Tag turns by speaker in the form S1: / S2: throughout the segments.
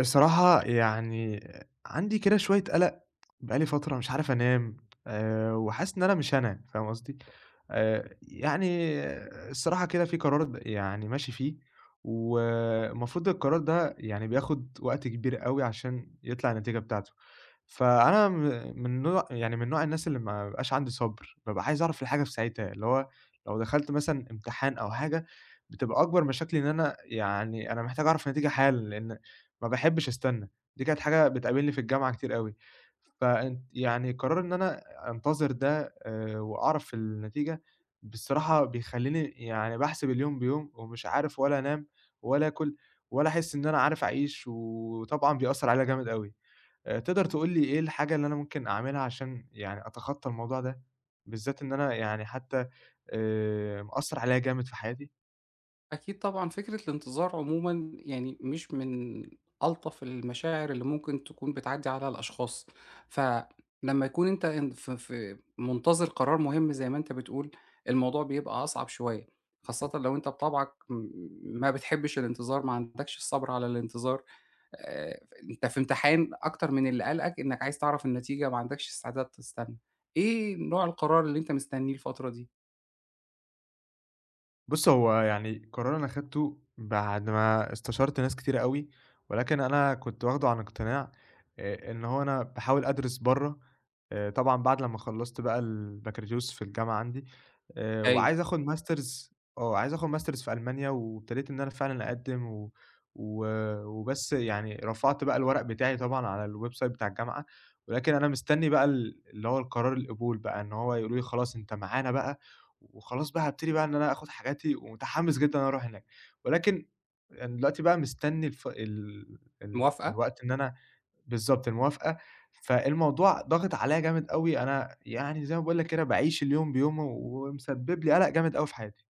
S1: الصراحة يعني عندي كده شوية قَلَق. بقى لي فترة مش عارف أنام. وحاسس إن أنا مش هانام، فاهم قصدي؟ يعني الصراحة كده في قرار يعني ماشي فيه. والمفروض القرار ده يعني بياخُد وقت كبير أوي عشان يطلع النتيجة بتاعته. فأنا م من نوع يعني من نوع الناس اللي ما بيبقاش عندي صبر، بابقى عايز أعرف الحاجة في ساعتها، اللي هو لو دخلت مثلًا امتحان أو حاجة، بتبقى أكبر مشاكلي إن أنا محتاج أعرف النتيجة حالًا، لإن ما باحبش أستنى. دي كانت حاجة بتقابلني في الجامعة كتير أوي. فأنت يعني قرار إن أنا أنتظر ده وأعرف النتيجة، بصراحة بيخلّيني يعني باحسب اليوم بيوم ومش عارف ولا أنام ولا آكل ولا أحس إن أنا عارف أعيش، وطبعًا بيأثّر عليَّ جامد أوي. تقدر تقول لي إيه الحاجة اللي أنا ممكن أعملها عشان يعني أتخطّى الموضوع ده؟ بالذات إن أنا يعني حتى مأثّر عليّا جامد في حياتي.
S2: أكيد طبعًا، فكرة الانتظار عمومًا يعني مش من ألطف المشاعر اللي ممكن تكون بتعدّي على الأشخاص، فلمّا يكون أنت إن ف في منتظر قرار مهم زي ما أنت بتقول، الموضوع بيبقى أصعب شوية، خاصةً لو أنت بطبعك ما بتحبش الانتظار، ما عندكش الصبر على الانتظار، أنت في امتحان أكتر من اللي قالقك إنك عايز تعرف النتيجة، ما عندكش استعداد تستنى. إيه نوع القرار اللي أنت مستنيه الفترة دي؟
S1: بُص، هو يعني قرار أنا خدته بعد ما استشرت ناس كتيرة أوي، ولكن أنا كنت واخده عن اقتناع. إن هو أنا باحاول أدرس برّه. طبعًا بعد لمّا خلّصت بقى البكالوريوس في الجامعة عندي،
S2: هاي
S1: وعايز آخُد ماسترز. آه، عايز آخُد ماسترز في ألمانيا وابتديت إن أنا فعلًا أقدّم و و وبس يعني رفعت بقى الورق بتاعي طبعًا على الwebsite بتاع الجامعة. ولكن أنا مستني بقى اللي هو القرار القبول بقى، إن هو يقولوا لي خلاص أنت معانا بقى، وخلاص بقى هابتدي بقى إن أنا آخُد حاجاتي ومتحمّس جدًا إن أنا أروح هناك. ولكن يعني دلوقتي بقى مستنّي الف ال ال
S2: موافقة؟
S1: الوقت إن أنا. بالضبط الموافقة، فالموضوع ضاغط عليّا جامد أوي، أنا يعني زي ما باقول لك كده باعيش اليوم بيومه ومسبّب لي قَلَق جامد أوي في حياتي.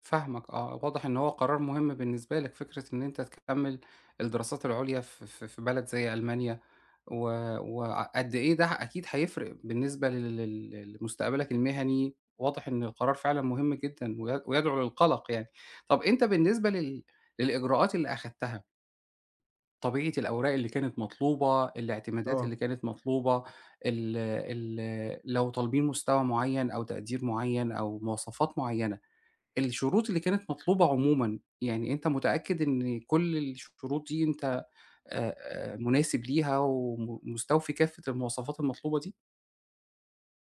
S2: فاهمك آه، واضح إن هو قرار مهم بالنسبة لك، فكرة إن أنت تكمّل الدراسات العُليا ف ف في بلد زي ألمانيا، و وقد إيه ده أكيد هيفرق بالنسبة لل لل لمستقبلك المهني، واضح إن القرار فعلًا مهم جدًا ويدعو للقلق يعني. طَب أنت بالنسبة للإجراءات اللي أخدتها، طبيعة الأوراق اللي كانت مطلوبة، الاعتمادات اللي
S1: آه.
S2: كانت مطلوبة، ال ال لو طالبين مستوى معيّن أو تقدير معيّن أو مواصفات معيّنة الشروط اللي كانت مطلوبة عمومًا، يعني أنت متأكد إن كل الشروط دي أنت مناسب ليها مستوفي كافة المواصفات المطلوبة دي؟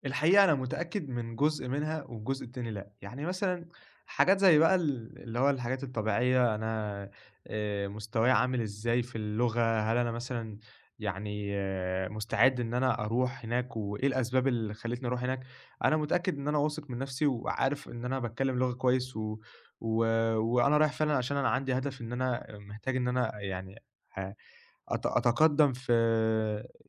S1: الحقيقة أنا متأكد من جزء منها والجزء التاني لأ، يعني مثلًا حاجات زي بقى اللي هو الحاجات الطبيعية، أنا مستواي عامل إزاي في اللغة؟ هل أنا مثلًا يعني مستعد إن أنا أروح هناك؟ وإيه الأسباب اللي خلّتني أروح هناك؟ أنا متأكد إن أنا واثق من نَفْسي وعارف إن أنا باتكلم لغة كويس، و و وأنا رايح فعلًا عشان أنا عندي هدف، إن أنا محتاج إن أنا يعني ه أت أتقدّم في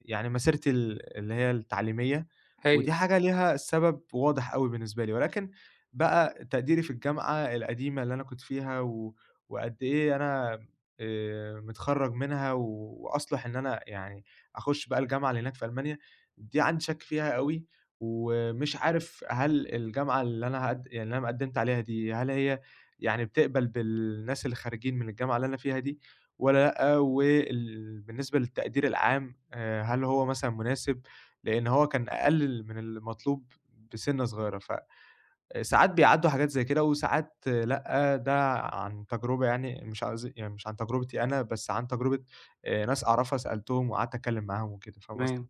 S1: يعني مسيرتي اللي هي التعليمية.
S2: هايل،
S1: ودي حاجة ليها سبب واضح أوي بالنسبة لي. ولكن بقى تقديري في الجامعة القديمة اللي أنا كنت فيها، وقد إيه أنا متخرّج منها، وأصلح إن أنا يعني أخُش بقى الجامعة اللي هناك في ألمانيا، دي عندي شَك فيها أوي. ومش عارف هل الجامعة اللي أنا يعني اللي أنا قدّمت عليها دي، هل هي يعني بتقبل بالناس اللي خارجين من الجامعة اللي أنا فيها دي؟ والّا لأ؟ بالنسبة للتقدير العام هل هو مثلًا مناسب؟ لإن هو كان أقل من المطلوب بسِنّة صغيرة، فساعات بيعدّوا حاجات زي كده وساعات آه، لأ. ده عن تجربة، يعني مش عايز، يعني مش عن تجربتي أنا، بس عن تجربة ناس أعرفها سألتهم وقعدت أتكلّم معاهم وكده، فاهم قصدي؟
S2: تمام.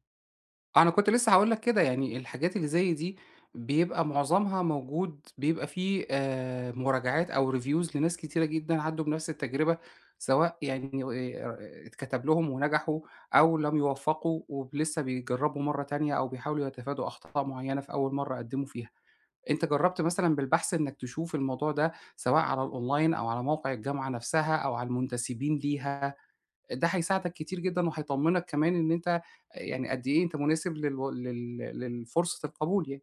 S2: أنا كنت لسه هاقول لك كده، يعني الحاجات اللي زي دي بيبقى معظمها موجود بيبقى فيه مراجعات أو reviews لناس كتيرة جدًا عدّوا بنفس التجربة، سواء يعني اتكتب لهم ونجحوا أو لم يوفّقوا ولسه بيجرّبوا مرّة تانية أو بيحاولوا يتفادوا أخطاء معيّنة في أول مرّة قدّموا فيها. أنت جرّبت مثلًا بالبحث إنّك تشوف الموضوع ده سواء على الأونلاين أو على موقع الجامعة نفسها أو على المنتسبين ليها، ده هيساعدك كتير جدًا وهيطمّنك كمان إن أنت يعني قد إيه أنت مناسب للو لل للفرصة القبول يعني.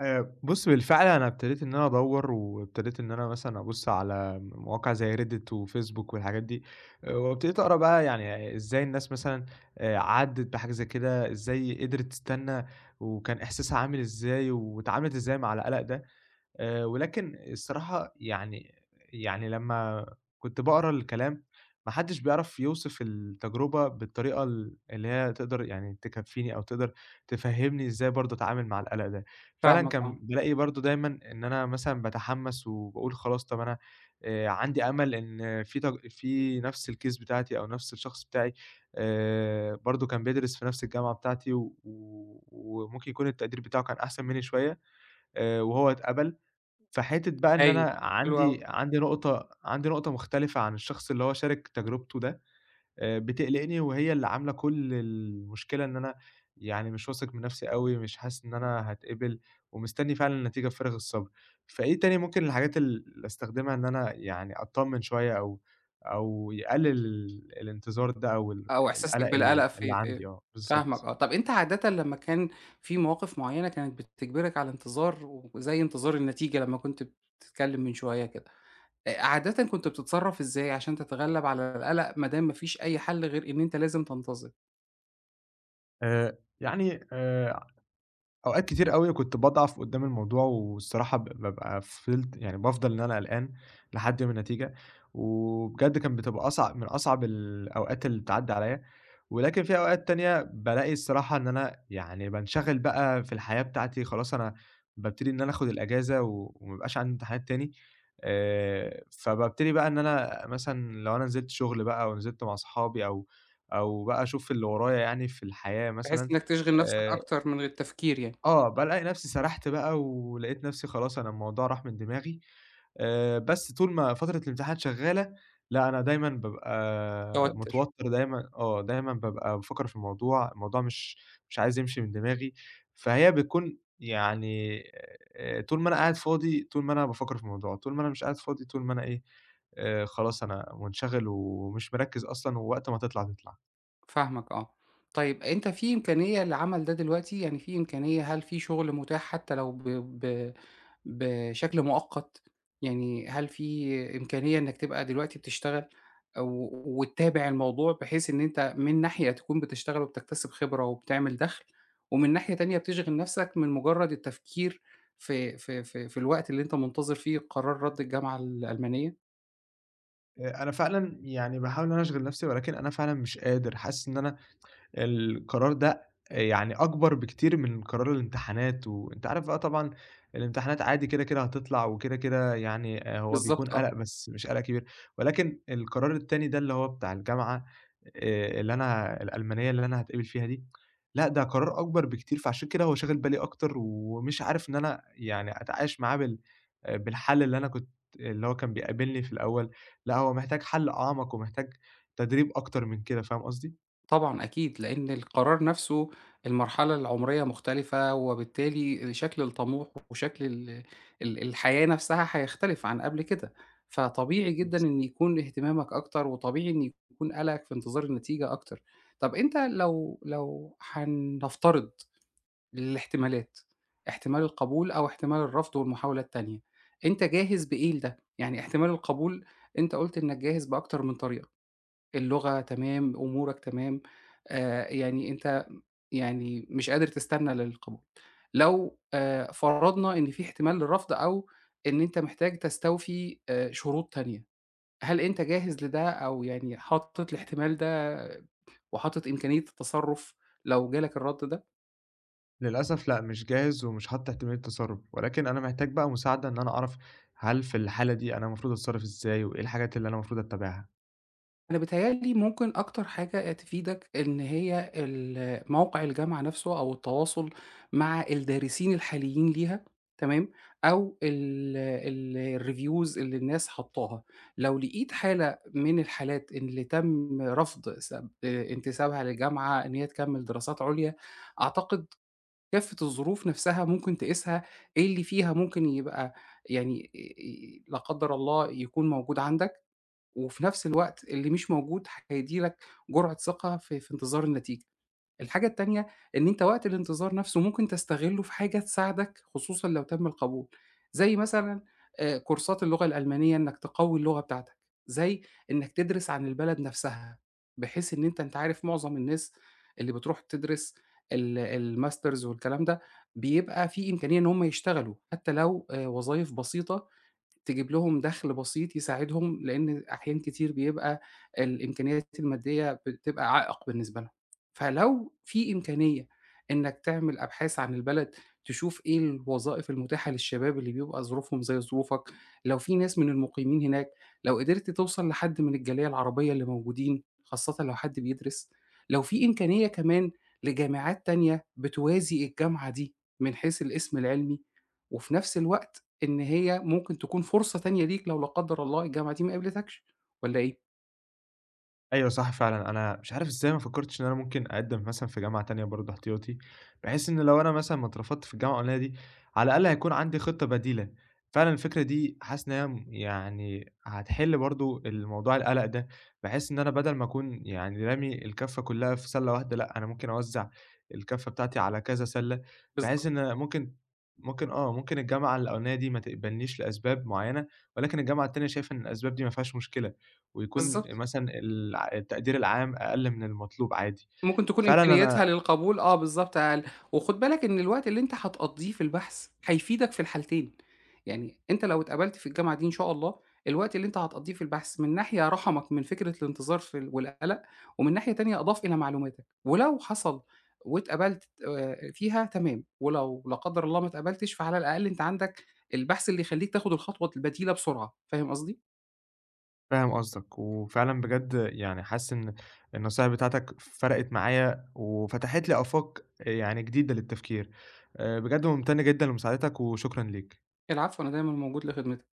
S1: بُص، بالفعل أنا ابتديت إن أنا أدوّر، وابتديت إن أنا مثلًا أبُص على مواقع زي Reddit وFacebook والحاجات دي، آه، وابتديت أقرا بقى يعني إزاي الناس مثلًا عدّت بحاجة زي كده، إزاي قدرت تستنى، وكان إحساسها عامل إزاي، واتعاملت إزاي مع القلق ده. ولكن الصراحة يعني لمّا كنت باقرا الكلام، ما حدّش بيعرف يوصف التجربة بالطريقة اللي هي تقدر يعني تكفّيني أو تقدر تفهّمني إزاي برضه أتعامل مع القلق ده. فعلًا
S2: فاهمك آه،
S1: كان بالاقي برضه دايمًا إن أنا مثلًا باتحمّس وباقول خلاص، طَب أنا عندي أمل إن في نفس الcase بتاعتي أو نفس الشخص بتاعي برضه كان بيدرس في نفس الجامعة بتاعتي، و و وممكن يكون التقدير بتاعه كان أحسن منّي شوية وهو اتقبل. فحتّة بقى إن
S2: هايل،
S1: أنا
S2: حلو أوي.
S1: عندي نقطة مختلفة عن الشخص اللي هو شارك تجربته ده، بتقلقني وهي اللي عاملة كل المشكلة، إن أنا يعني مش واثق من نفسي أوي، مش حاسس إن أنا هاتقبل، ومستني فعلًا النتيجة بفارغ الصبر. فإيه تاني ممكن الحاجات اللي أستخدمها إن أنا يعني أتطمن شوية، أو يقلل الانتظار ده أو
S2: أو إحساسك
S1: القلق
S2: بالقلق
S1: اللي
S2: في
S1: عندي؟
S2: في
S1: آه،
S2: فاهمك
S1: بالضبط.
S2: آه. طَب أنت عادةً لمّا كان في مواقف معيّنة كانت بتجبرك على انتظار وزي انتظار النتيجة لمّا كنت بتتكلم من شوية كده عادةً كنت بتتصرّف إزاي عشان تتغلّب على القلق ما دام ما فيش أي حل غير إن أنت لازم تنتظر،
S1: يعني أوقات كتير أوي كنت باضعف قدّام الموضوع، والصراحة بابقى فضلت يعني بافضل إن أنا قلقان لحد يوم النتيجة، وبجد كانت بتبقى أصعب من أصعب الأوقات اللي بتعدّي عليّا. ولكن في أوقات تانية بالاقي الصراحة إن أنا يعني بانشغل بقى في الحياة بتاعتي، خلاص أنا بابتدي إن أنا آخُد الأجازة، وما يبقاش عندي امتحانات تاني. فبابتدي بقى إن أنا مثلًا لو أنا نزلت شغل بقى أو نزلت مع صحابي، أو بقى أشوف اللي ورايا يعني في الحياة
S2: بحيث
S1: مثلًا.
S2: إنّك تشغِل نَفْسك
S1: آآ
S2: أكتر من غير التفكير يعني،
S1: آه، بالاقي نفسي سرحت بقى ولقيت نفسي خلاص أنا الموضوع راح من دماغي. بس طول ما فترة الامتحان شغالة، لأ أنا دايمًا بابقى
S2: توتُّر،
S1: متوتر دايمًا آه، دايمًا بابقى بافكر في الموضوع، الموضوع مش عايز يمشي من دماغي. فهي بتكون يعني طول ما أنا قاعد فاضي طول ما أنا بافكر في الموضوع، طول ما أنا مش قاعد فاضي طول ما أنا إيه، خلاص أنا منشغل ومش مركز أصلًا، ووقت ما تطلع تطلع.
S2: فاهمك آه. طيب أنت في إمكانية للعمل ده دلوقتي؟ يعني في إمكانية هل في شُغل متاح حتى لو ب ب بشكل مؤقت، يعني هل في إمكانية إنك تبقى دلوقتي بتشتغل أو وتتابع الموضوع بحيث إن أنت من ناحية تكون بتشتغل وبتكتسب خبرة وبتعمل دخل، ومن ناحية تانية بتشغِل نفسك من مجرد التفكير في الوقت اللي أنت منتظر فيه قرار رَد الجامعة الألمانية؟
S1: أنا فعلًا يعني باحاول إن أنا أشغل نفسي ولكن أنا فعلًا مش قادر، حاسس إن أنا القرار ده يعني أكبر بكتير من قرار الامتحانات، وأنت عارف بقى طبعًا الامتحانات عادي كده، كده هتطلع وكده، كده يعني هو بيكون
S2: بالضبط، آه.
S1: قَلَق بس مش قَلَق كبير. ولكن القرار التاني ده اللي هو بتاع الجامعة، اللي أنا الألمانية اللي أنا هاتقبل فيها دي، لأ ده قرار أكبر بكتير، فعشان كده هو شاغل بالي أكتر، ومش عارف إن أنا يعني أتعايش معاه بالحل اللي أنا كنت اللي هو كان بيقابلني في الأول، لأ هو محتاج حل أعمق ومحتاج تدريب أكتر من كده، فاهم قصدي؟
S2: طبعًا أكيد، لإن القرار نفسه المرحلة العمرية مختلفة، وبالتالي شكل الطموح وشكل ال ال الحياة نفسها هيختلف عن قبل كده، فطبيعي جدًا إن يكون اهتمامك أكتر، وطبيعي إن يكون قلقك في انتظار النتيجة أكتر. طب أنت لو هنفترض الاحتمالات، احتمال القبول أو احتمال الرفض والمحاولة التانية، أنت جاهز بإيه لده؟ يعني احتمال القبول أنت قُلت إنك جاهز بأكتر من طريقة. اللغة تمام، أمورك تمام، يعني أنت يعني مش قادر تستنى للقبول. لو فرضنا إن في احتمال للرفض أو إن أنت محتاج تستوفي شروط تانية، هل أنت جاهز لده أو يعني حاطط الاحتمال ده وحاطط إمكانية التصرُّف لو جالك الرَد ده؟
S1: للأسف لأ، مش جاهز ومش حاطط احتمالية تسرُّب، ولكن أنا محتاج بقى مساعدة إن أنا أعرف، هل في الحالة دي أنا المفروض أتصرّف إزاي؟ وإيه الحاجات اللي أنا المفروض أتّبعها؟
S2: أنا بيتهيأ لي ممكن أكتر حاجة تفيدك إن هي ال موقع الجامعة نفسه أو التواصل مع الدارسين الحاليين ليها تمام، أو ال ال الreviews اللي الناس حطاها، لو لقيت حالة من الحالات اللي تم رفض سب انتسابها للجامعة إن هي تكمّل دراسات عليا، أعتقد كافة الظروف نفسها ممكن تقيسها إيه اللي فيها ممكن يبقى يعني لا قدّر الله يكون موجود عندك. وفي نفس الوقت اللي مش موجود هيدّي لك جرعة ثقة في انتظار النتيجة. الحاجة التانية، إن أنت وقت الانتظار نفسه ممكن تستغلّه في حاجة تساعدك خصوصًا لو تم القبول، زي مثلًا كورسات اللغة الألمانية إنّك تقوّي اللغة بتاعتك، زي إنّك تدرس عن البلد نفسها، بحيث إن أنت عارف معظم الناس اللي بتروح تدرس الmasters والكلام ده، بيبقى في إمكانية إن هم يشتغلوا حتى لو وظايف بسيطة تجيب لهم دخل بسيط يساعدهم، لإن أحيان كتير بيبقى الإمكانيات المادية بتبقى عائق بالنسبة لهم. فلو في إمكانية إنّك تعمل أبحاث عن البلد، تشوف إيه الوظائف المتاحة للشباب اللي بيبقى ظروفهم زي ظروفك، لو في ناس من المقيمين هناك، لو قدرت توصل لحد من الجالية العربية اللي موجودين، خاصةً لو حد بيدرس، لو في إمكانية كمان لجامعات تانية بتوازي الجامعة دي من حيث الاسم العلمي، وفي نفس الوقت إن هي ممكن تكون فرصة تانية ليك لو لا قدّر الله الجامعة دي ما قبلتكش والّا إيه؟
S1: أيوه صح فعلًا، أنا مش عارف إزاي ما فكّرتش إن أنا ممكن أقدّم مثلًا في جامعة تانية برضه احتياطي، بحيث إن لو أنا مثلًا ما اترفضت في الجامعة الأولانية دي، على الأقل هيكون عندي خطة بديلة. فعلًا الفكرة دي حاسس إن هي يعني هتحل برضه الموضوع القلق ده، بحيث إن أنا بدل ما أكون يعني رامي الكَفّة كلّها في سَلّة واحدة، لأ أنا ممكن أوزّع الكَفّة بتاعتي على كذا سَلّة، بحيث
S2: بالضبط،
S1: إن ممكن آه، ممكن الجامعة الأولانية دي ما تقبلنيش لأسباب معيّنة، ولكن الجامعة التانية شايفة إن الأسباب دي ما فيهاش مشكلة. ويكون
S2: بالضبط.
S1: مثلًا التقدير العام أقل من المطلوب عادي.
S2: ممكن تكون
S1: فعلًا
S2: إمكانياتها
S1: أنا
S2: للقبول آه بالضبط أقل، وخُد بالك إن الوقت اللي أنت هتقضّيه في البحث هيفيدك في الحالتين، يعني أنت لو اتقبلت في الجامعة دي إن شاء الله، الوقت اللي أنت هتقضّيه في البحث من ناحية رحمك من فكرة الانتظار في ال والقلق، ومن ناحية تانية أضاف إلى معلوماتك، ولو حصل واتقبلت فيها تمام، ولو لا قدر الله ما اتقبلتش فعلى الأقل أنت عندك البحث اللي يخلّيك تاخد الخطوة البديلة بسرعة، فاهم قصدي؟
S1: فاهم قصدك، وفعلًا بجد يعني حاسس إن النصايح بتاعتك فرقت معايا، وفتحت لي آفاق يعني جديدة للتفكير. بجد ممتن جدًا لمساعدتك وشكرًا ليك.
S2: العفو أنا دايمًا موجود لخدمتك.